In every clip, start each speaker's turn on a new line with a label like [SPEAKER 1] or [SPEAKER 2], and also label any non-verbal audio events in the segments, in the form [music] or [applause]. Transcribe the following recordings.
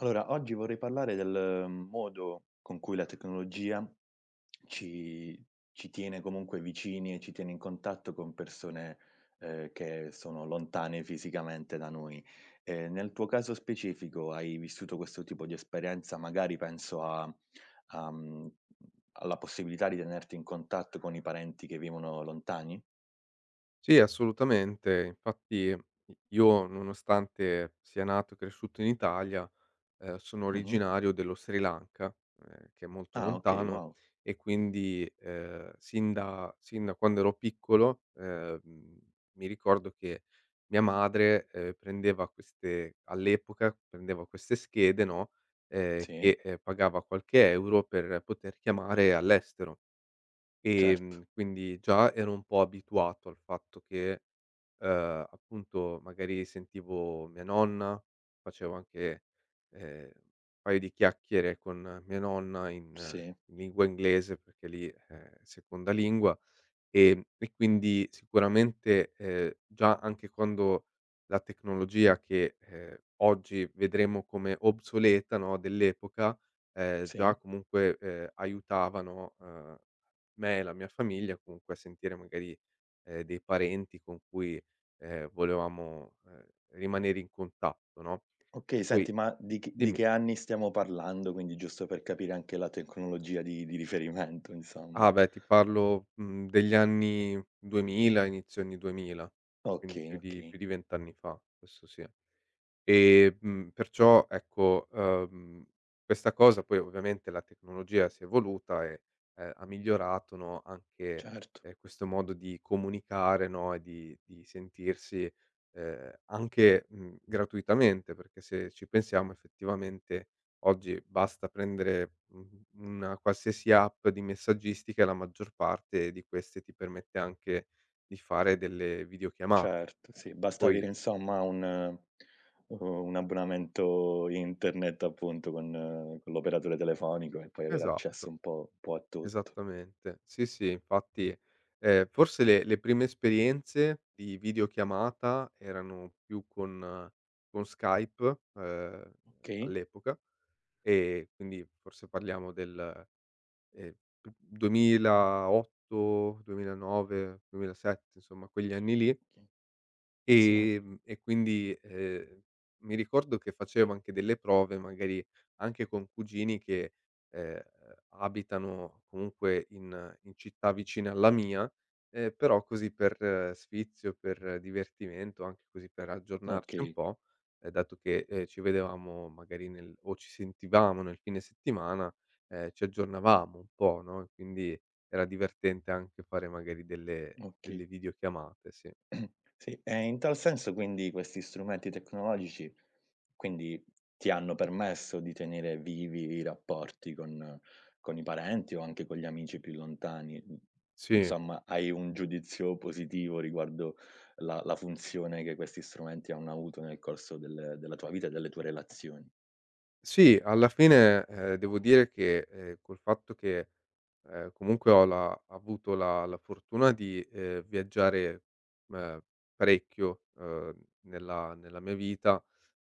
[SPEAKER 1] Allora, oggi vorrei parlare del modo con cui la tecnologia ci, ci tiene comunque vicini e ci tiene in contatto con persone che sono lontane fisicamente da noi. Nel tuo caso specifico hai vissuto questo tipo di esperienza, magari penso a, mm, alla possibilità di tenerti in contatto con i parenti che vivono lontani?
[SPEAKER 2] Sì, assolutamente. Infatti i io, nonostante sia nato e cresciuto in Italia, sono
[SPEAKER 1] Mhm.
[SPEAKER 2] originario dello Sri Lanka, che è molto
[SPEAKER 1] Ah, ok,
[SPEAKER 2] lontano,
[SPEAKER 1] wow.
[SPEAKER 2] e quindi, sin da quando ero piccolo, mi ricordo che mia madre, prendeva queste all'epoca, prendeva queste schede, no,
[SPEAKER 1] Sì,
[SPEAKER 2] che, pagava qualche euro per poter chiamare all'estero.
[SPEAKER 1] certo,
[SPEAKER 2] Quindi già ero un po' abituato al fatto che, appunto, magari sentivo mia nonna, facevo anche, un paio di chiacchiere con mia nonna in
[SPEAKER 1] sì,
[SPEAKER 2] in lingua inglese, perché lì è seconda lingua. E quindi sicuramente, già anche quando la tecnologia che, oggi vedremo come obsoleta, no, dell'epoca, già
[SPEAKER 1] sì.
[SPEAKER 2] comunque, aiutavano, me e la mia famiglia comunque a sentire magari, dei parenti con cui, volevamo, rimanere in contatto, no? E
[SPEAKER 1] Okay,
[SPEAKER 2] poi
[SPEAKER 1] senti, ma di che di
[SPEAKER 2] dimmi.
[SPEAKER 1] che anni stiamo parlando? Quindi giusto per capire anche la tecnologia di riferimento insomma.
[SPEAKER 2] Ah beh, ti parlo, degli anni 2000, inizio anni 2000, quindi
[SPEAKER 1] Okay,
[SPEAKER 2] più di più
[SPEAKER 1] okay,
[SPEAKER 2] di 20 anni fa, questo sì. E, perciò ecco, questa cosa, poi ovviamente la tecnologia si è evoluta e, ha migliorato, no, anche,
[SPEAKER 1] certo,
[SPEAKER 2] questo modo di comunicare, no, e di sentirsi, anche, gratuitamente, perché se ci pensiamo effettivamente oggi basta prendere, una qualsiasi app di messaggistica e la maggior parte di queste ti permette anche di fare delle videochiamate.
[SPEAKER 1] certo, sì, basta
[SPEAKER 2] Poi
[SPEAKER 1] avere insomma u un abbonamento internet appunto con l'operatore telefonico e puoi avere accesso
[SPEAKER 2] esatto.
[SPEAKER 1] un po' a tutto.
[SPEAKER 2] Esattamente. Sì, sì, infatti, forse le prime esperienze di videochiamata erano più con Skype,
[SPEAKER 1] Okay,
[SPEAKER 2] all'epoca, e quindi forse parliamo del, ehm, p 2008, 2009, 2007, insomma quegli anni lì.
[SPEAKER 1] okay, sì,
[SPEAKER 2] E quindi, mi ricordo che facevo anche delle prove, magari anche con cugini che, ehm, abitano comunque in città vicine alla mia, però così per sfizio, per divertimento, anche così per aggiornarci un
[SPEAKER 1] okay,
[SPEAKER 2] po', dato che, ci vedevamo magari nel, o ci sentivamo nel fine settimana, ci aggiornavamo un po', no, e quindi era divertente anche fare magari delle
[SPEAKER 1] okay.
[SPEAKER 2] delle videochiamate, sì.
[SPEAKER 1] [clears throat] Sì, e in tal senso quindi questi strumenti tecnologici quindi ti hanno permesso di tenere vivi i rapporti con i parenti o anche con gli amici più lontani. Mhmm,
[SPEAKER 2] Sì.
[SPEAKER 1] insomma, hai un giudizio positivo riguardo la funzione che questi strumenti hanno avuto nel corso della tua vita e delle tue relazioni.
[SPEAKER 2] Sì, alla fine, devo dire che, col fatto che, comunque ho la avuto la la fortuna di, viaggiare, ehm, parecchio, nella mia vita,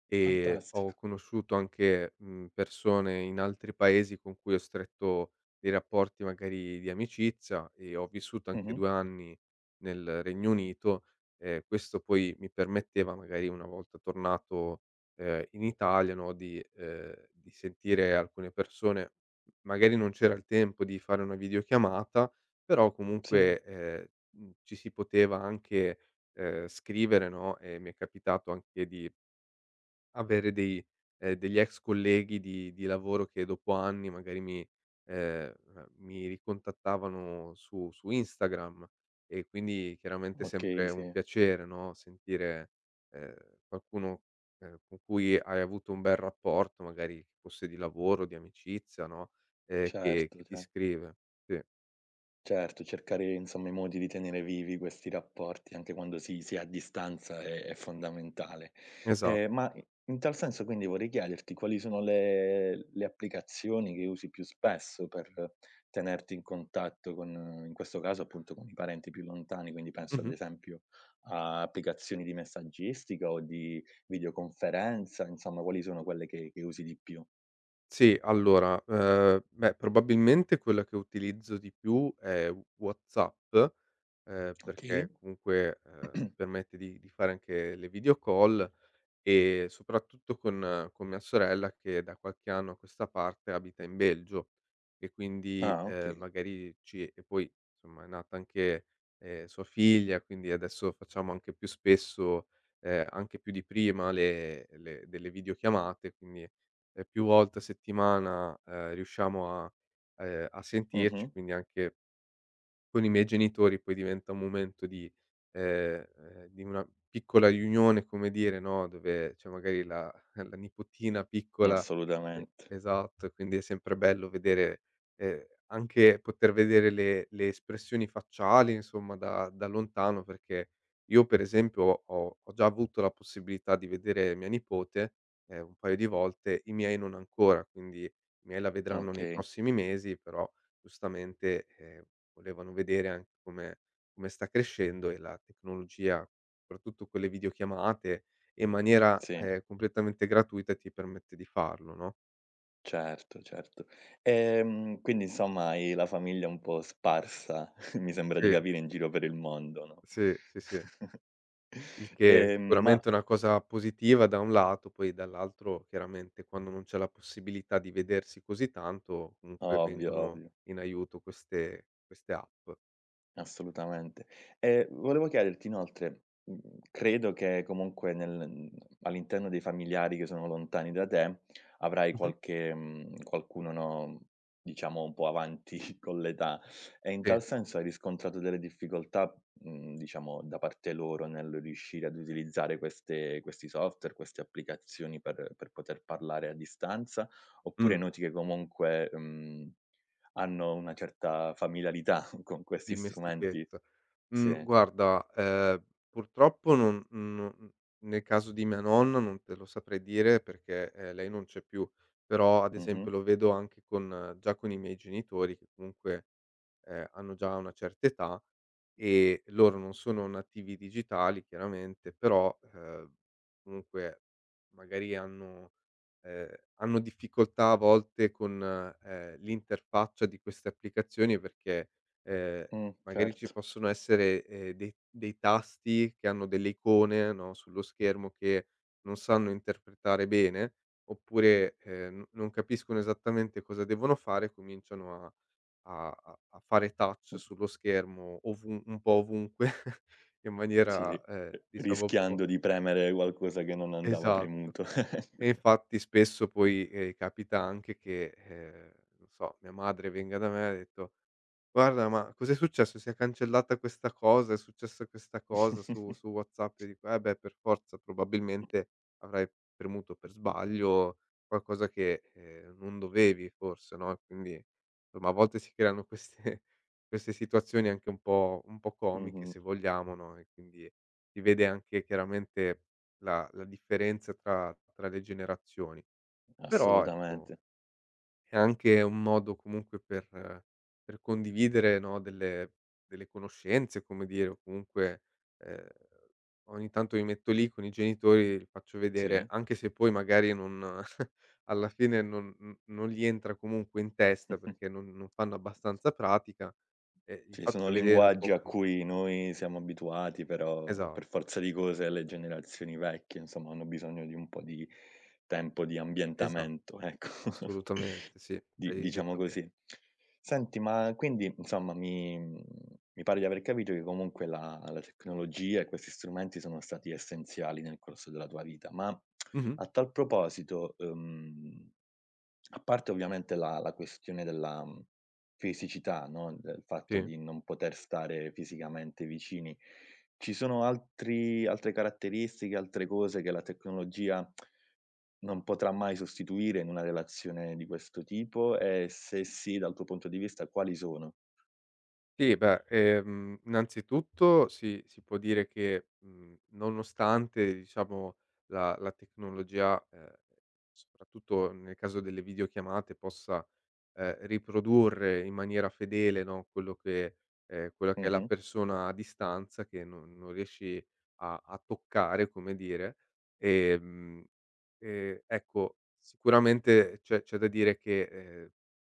[SPEAKER 2] e ho
[SPEAKER 1] Fantastico.
[SPEAKER 2] conosciuto anche, persone in altri paesi con cui ho stretto dei rapporti magari di amicizia, e ho vissuto anche
[SPEAKER 1] Mh-mh.
[SPEAKER 2] 2 anni nel Regno Unito, e questo poi mi permetteva, magari una volta tornato, in Italia, no, di sentire alcune persone. Magari non c'era il tempo di fare una videochiamata, però
[SPEAKER 1] Sì,
[SPEAKER 2] comunque, ci si poteva anche, scrivere, no, e mi è capitato anche di avere dei degli ex colleghi di lavoro che dopo anni magari mi ehm, mi ricontattavano su Instagram, e quindi chiaramente è
[SPEAKER 1] okay,
[SPEAKER 2] sempre un
[SPEAKER 1] sì,
[SPEAKER 2] piacere, no, sentire, qualcuno, con cui hai avuto un bel rapporto, magari che fosse di lavoro, di amicizia, no, che
[SPEAKER 1] certo,
[SPEAKER 2] ti
[SPEAKER 1] cer
[SPEAKER 2] scrive. Sì,
[SPEAKER 1] Certo, cercare insomma i modi di tenere vivi questi rapporti anche quando si è a distanza è fondamentale.
[SPEAKER 2] esatto.
[SPEAKER 1] Ma i in tal senso quindi vorrei chiederti quali sono le applicazioni che usi più spesso per tenerti in contatto con in questo caso appunto con i parenti più lontani, quindi penso ad
[SPEAKER 2] Mh-mh.
[SPEAKER 1] esempio a applicazioni di messaggistica o di videoconferenza, insomma quali sono quelle che usi di più?
[SPEAKER 2] Sì, allora, beh, probabilmente quella che utilizzo di più è WhatsApp,
[SPEAKER 1] Okay.
[SPEAKER 2] perché comunque, ti
[SPEAKER 1] [clears throat]
[SPEAKER 2] permette di fare anche le video call, e soprattutto con mia sorella, che da qualche anno a questa parte abita in Belgio, e quindi,
[SPEAKER 1] Ah, okay.
[SPEAKER 2] magari ci e poi insomma è nata anche, sua figlia, quindi adesso facciamo anche più spesso, anche più di prima, le delle videochiamate, quindi, più volte a settimana, riusciamo a a sentirci,
[SPEAKER 1] Mh-mh.
[SPEAKER 2] quindi anche con i miei genitori poi diventa un momento di una piccola riunione, come dire, no, dove c'è magari la [laughs] la nipotina piccola, e
[SPEAKER 1] Assolutamente.
[SPEAKER 2] esatto, e quindi è sempre bello vedere, anche poter vedere le espressioni facciali, insomma, da lontano, perché io per esempio ho già avuto la possibilità di vedere mia nipote, un paio di volte, i miei non ancora, quindi i miei la vedranno nei
[SPEAKER 1] Okay.
[SPEAKER 2] prossimi mesi, però giustamente, volevano vedere anche come sta crescendo, e la tecnologia, soprattutto con le videochiamate, in maniera,
[SPEAKER 1] Sì,
[SPEAKER 2] completamente gratuita ti permette di farlo, no?
[SPEAKER 1] certo, certo. Quindi insomma hai la famiglia un po' sparsa, [laughs] mi sembra di
[SPEAKER 2] Sì,
[SPEAKER 1] capire, in giro per il mondo, no?
[SPEAKER 2] sì, sì, sì.
[SPEAKER 1] [laughs]
[SPEAKER 2] Il che sicuramente è
[SPEAKER 1] Ma
[SPEAKER 2] sicuramente una cosa positiva da un lato, poi dall'altro chiaramente, quando non c'è la possibilità di vedersi così tanto, comunque
[SPEAKER 1] ovvio,
[SPEAKER 2] vengono
[SPEAKER 1] ovvio.
[SPEAKER 2] in aiuto queste app.
[SPEAKER 1] Assolutamente. Volevo chiederti inoltre, credo che comunque all'interno dei familiari che sono lontani da te, avrai
[SPEAKER 2] Mh-mh.
[SPEAKER 1] qualche qualcuno, no, diciamo un po' avanti [laughs] con l'età e in
[SPEAKER 2] Sì,
[SPEAKER 1] tal senso hai riscontrato delle difficoltà, diciamo da parte loro nel riuscire ad utilizzare queste questi software, queste applicazioni per poter parlare a distanza, oppure
[SPEAKER 2] mh.
[SPEAKER 1] noti che comunque, mhmm hanno una certa familiarità [laughs] con questi strumenti.
[SPEAKER 2] Dimestichezza.
[SPEAKER 1] Sì,
[SPEAKER 2] Guarda, purtroppo non no n nel caso di mia nonna non te lo saprei dire, perché, lei non c'è più, però, ad
[SPEAKER 1] mh-mh,
[SPEAKER 2] esempio, lo vedo anche con, già con i miei genitori, che comunque, hanno già una certa età e loro non sono nativi digitali, chiaramente, però, comunque magari hanno ehm, hanno difficoltà a volte con, l'interfaccia di queste applicazioni, perché, ehm, magari ci
[SPEAKER 1] certo.
[SPEAKER 2] possono essere, dei tasti che hanno delle icone, no, sullo schermo, che non sanno interpretare bene, oppure, n non capiscono esattamente cosa devono fare e cominciano a a fare touch
[SPEAKER 1] Mh,
[SPEAKER 2] sullo schermo, ovun un po' ovunque, [laughs] in
[SPEAKER 1] sì, ri
[SPEAKER 2] maniera, diciamo un po',
[SPEAKER 1] rischiando di premere qualcosa che non andava
[SPEAKER 2] esatto.
[SPEAKER 1] premuto.
[SPEAKER 2] E infatti, spesso poi, capita anche che, non so, mia madre venga da me e ha detto: "Guarda, ma cos'è successo? Si è cancellata questa cosa, è successa questa cosa su
[SPEAKER 1] [laughs]
[SPEAKER 2] su WhatsApp", e dico: "Eh beh, per forza, probabilmente avrai premuto per sbaglio qualcosa che, non dovevi forse", no, e quindi insomma a volte si creano queste [laughs] queste situazioni anche un po' comiche,
[SPEAKER 1] Mh-mh,
[SPEAKER 2] se vogliamo, no, e quindi si vede anche chiaramente la differenza tra le generazioni. Però ecco,
[SPEAKER 1] assolutamente,
[SPEAKER 2] è anche un modo comunque per condividere, no, delle conoscenze, come dire, o comunque, ehm, ogni tanto mi metto lì con i genitori, li faccio vedere,
[SPEAKER 1] sì.
[SPEAKER 2] anche se poi magari non, [laughs] alla fine non gli entra comunque in testa, perché
[SPEAKER 1] [laughs]
[SPEAKER 2] non fanno abbastanza pratica, e gli
[SPEAKER 1] Ci sono
[SPEAKER 2] faccio vedere un
[SPEAKER 1] linguaggi
[SPEAKER 2] po'
[SPEAKER 1] a
[SPEAKER 2] come,
[SPEAKER 1] cui noi siamo abituati, però per
[SPEAKER 2] esatto,
[SPEAKER 1] forza di cose le generazioni vecchie, insomma, hanno bisogno di un po' di tempo di
[SPEAKER 2] esatto,
[SPEAKER 1] ambientamento, ecco.
[SPEAKER 2] assolutamente
[SPEAKER 1] [laughs]
[SPEAKER 2] sì,
[SPEAKER 1] Di
[SPEAKER 2] hai
[SPEAKER 1] diciamo
[SPEAKER 2] detto bene.
[SPEAKER 1] così. Senti, ma quindi insomma mi pare di aver capito che comunque la tecnologia e questi strumenti sono stati essenziali nel corso della tua vita, ma
[SPEAKER 2] Mh-mh,
[SPEAKER 1] a tal proposito, a parte ovviamente la questione della, fisicità, no, del fatto
[SPEAKER 2] sì.
[SPEAKER 1] di non poter stare fisicamente vicini, ci sono altri altre caratteristiche, altre cose che la tecnologia non potrà mai sostituire in una relazione di questo tipo e se sì, dal tuo punto di vista quali sono?
[SPEAKER 2] Sì, beh, innanzitutto si può dire che, nonostante diciamo la tecnologia, soprattutto nel caso delle videochiamate, possa riprodurre in maniera fedele, no, quello che quella che è la
[SPEAKER 1] Mh-mh.
[SPEAKER 2] persona a distanza, che non riesci a a toccare, come dire. Ehm, ecco, sicuramente c'è da dire che,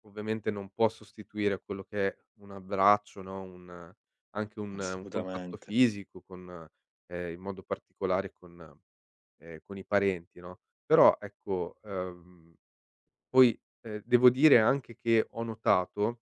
[SPEAKER 2] ovviamente non può sostituire quello che è un abbraccio, no, un, anche un contatto
[SPEAKER 1] Assolutamente.
[SPEAKER 2] fisico con, in modo particolare con, con i parenti, no, però ecco, poi, devo dire anche che ho notato,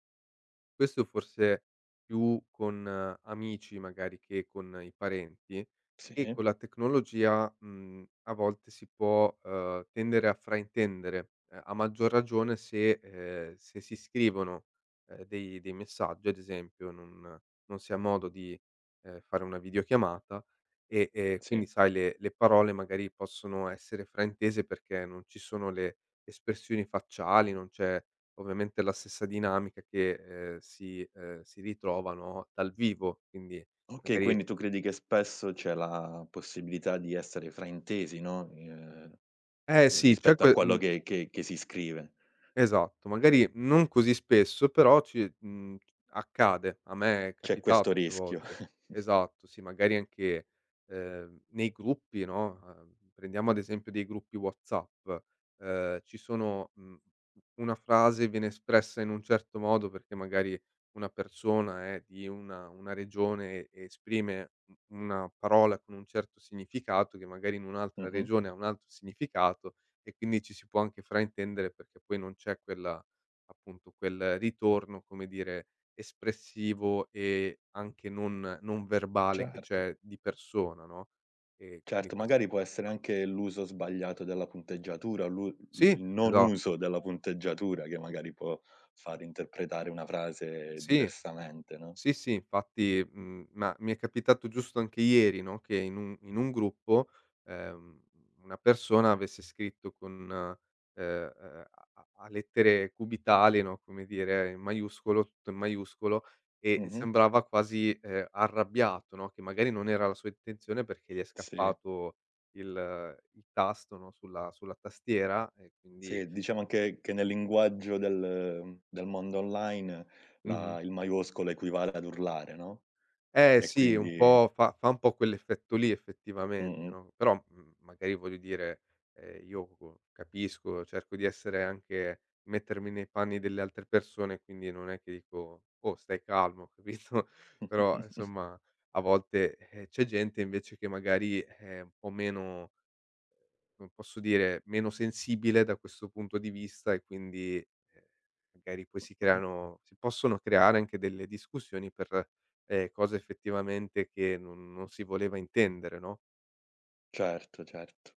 [SPEAKER 2] questo forse più con, amici magari, che con i parenti,
[SPEAKER 1] Sì,
[SPEAKER 2] e con la tecnologia, a volte si può, tendere a fraintendere, a maggior ragione se, se si scrivono, dei messaggi, ad esempio, non si ha modo di, fare una videochiamata, e quindi
[SPEAKER 1] sì.
[SPEAKER 2] sai, le parole magari possono essere fraintese, perché non ci sono le espressioni facciali, non c'è ovviamente la stessa dinamica che, si ritrova, no, dal vivo, quindi
[SPEAKER 1] Okay,
[SPEAKER 2] magari,
[SPEAKER 1] quindi tu credi che spesso c'è la possibilità di essere fraintesi, no,
[SPEAKER 2] eh sì, c'è
[SPEAKER 1] rispetto a
[SPEAKER 2] que
[SPEAKER 1] quello
[SPEAKER 2] mhmm
[SPEAKER 1] che si scrive.
[SPEAKER 2] esatto, magari non così spesso, però ci, accade. A me è
[SPEAKER 1] C'è
[SPEAKER 2] capitato
[SPEAKER 1] questo
[SPEAKER 2] più
[SPEAKER 1] rischio.
[SPEAKER 2] volte.
[SPEAKER 1] [laughs]
[SPEAKER 2] Esatto, sì, magari anche, nei gruppi, no, prendiamo ad esempio dei gruppi WhatsApp, ci sono, una frase viene espressa in un certo modo perché magari una persona è di una regione e esprime u una parola con un certo significato, che magari in un'altra
[SPEAKER 1] Mh-mh.
[SPEAKER 2] regione ha un altro significato, e quindi ci si può anche fraintendere, perché poi non c'è quella, appunto, quel ritorno, come dire, espressivo e anche non verbale che
[SPEAKER 1] Certo,
[SPEAKER 2] c'è di persona, no, e quindi
[SPEAKER 1] certo,
[SPEAKER 2] questo
[SPEAKER 1] magari
[SPEAKER 2] può,
[SPEAKER 1] può essere anche l'uso sbagliato della punteggiatura, l'u
[SPEAKER 2] sì,
[SPEAKER 1] il non
[SPEAKER 2] esatto.
[SPEAKER 1] uso della punteggiatura che magari può far interpretare una frase
[SPEAKER 2] Sì.
[SPEAKER 1] diversamente, no.
[SPEAKER 2] Sì, sì, infatti, ma mi è capitato giusto anche ieri, no, che in un gruppo, ehm, una persona avesse scritto con, ehm, a lettere cubitali, no, come dire, in maiuscolo, tutto in maiuscolo, e
[SPEAKER 1] Mh-mh.
[SPEAKER 2] sembrava quasi, arrabbiato, no, che magari non era la sua intenzione, perché gli è
[SPEAKER 1] Sì,
[SPEAKER 2] scappato il tasto, no, sulla tastiera, e quindi,
[SPEAKER 1] sì, diciamo anche che nel linguaggio del mondo online
[SPEAKER 2] mh-mh.
[SPEAKER 1] la il maiuscolo equivale ad urlare, no,
[SPEAKER 2] Eh
[SPEAKER 1] e
[SPEAKER 2] sì, un
[SPEAKER 1] quindi
[SPEAKER 2] po' fa un po' quell'effetto lì, effettivamente,
[SPEAKER 1] mh-mh.
[SPEAKER 2] no, però, magari voglio dire, io co capisco, cerco di essere, anche mettermi nei panni delle altre persone, quindi non è che dico: "Oh, stai calmo", [laughs] capito, però
[SPEAKER 1] [laughs]
[SPEAKER 2] insomma a volte, c'è gente invece che magari è un po' meno, come posso dire, meno sensibile da questo punto di vista, e quindi, magari poi si possono creare anche delle discussioni per, cose effettivamente che non si voleva intendere, no?
[SPEAKER 1] Certo, certo.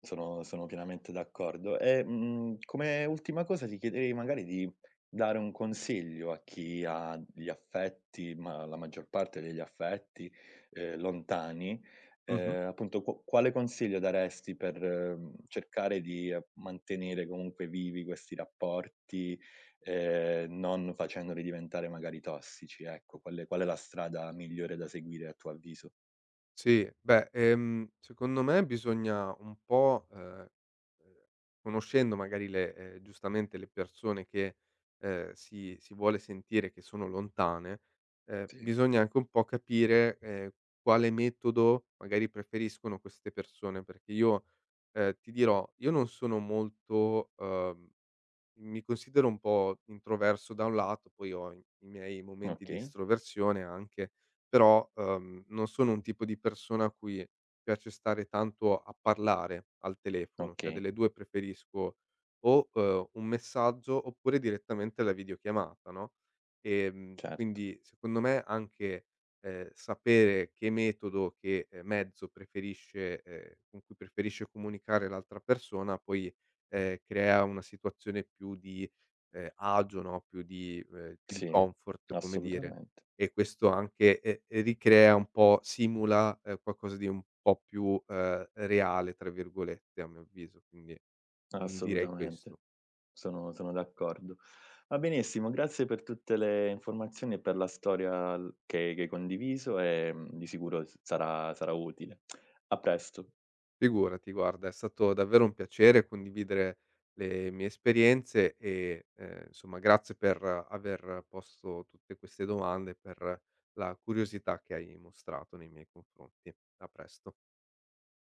[SPEAKER 1] Sono pienamente d'accordo. E, come ultima cosa ti chiederei magari di dare un consiglio a chi ha gli affetti, ma la maggior parte degli affetti, lontani,
[SPEAKER 2] Mh-mh.
[SPEAKER 1] appunto qu quale consiglio daresti per, cercare di mantenere comunque vivi questi rapporti, non facendoli diventare magari tossici, ecco. Qual è la strada migliore da seguire a tuo avviso?
[SPEAKER 2] Sì, beh, secondo me bisogna un po', ehm, conoscendo magari le, giustamente, le persone che, si vuole sentire, che sono lontane,
[SPEAKER 1] Sì.
[SPEAKER 2] bisogna anche un po' capire, quale metodo magari preferiscono queste persone, perché io, ti dirò, io non sono molto, mi considero un po' introverso da un lato, poi ho i miei momenti di
[SPEAKER 1] Okay,
[SPEAKER 2] estroversione anche, però, non sono un tipo di persona a cui piace stare tanto a parlare al telefono, cioè
[SPEAKER 1] okay,
[SPEAKER 2] delle 2 preferisco o, un messaggio oppure direttamente la videochiamata, no,
[SPEAKER 1] certo.
[SPEAKER 2] quindi secondo me anche, sapere che metodo, che, mezzo preferisce, con cui preferisce comunicare l'altra persona, poi, crea una situazione più di, agio, no, più di, più di
[SPEAKER 1] Sì,
[SPEAKER 2] comfort, come dire,
[SPEAKER 1] assolutamente,
[SPEAKER 2] e questo anche, ricrea un po', simula, qualcosa di un po' più, "reale" tra virgolette, a mio avviso, quindi, direi
[SPEAKER 1] assolutamente.
[SPEAKER 2] questo.
[SPEAKER 1] Sono d'accordo. Va benissimo, grazie per tutte le informazioni e per la storia l che hai condiviso e, di sicuro s sarà sarà utile. A presto.
[SPEAKER 2] Figurati, guarda, è stato davvero un piacere condividere le mie esperienze e, insomma grazie per aver posto tutte queste domande, per la curiosità che hai mostrato nei miei confronti. A presto.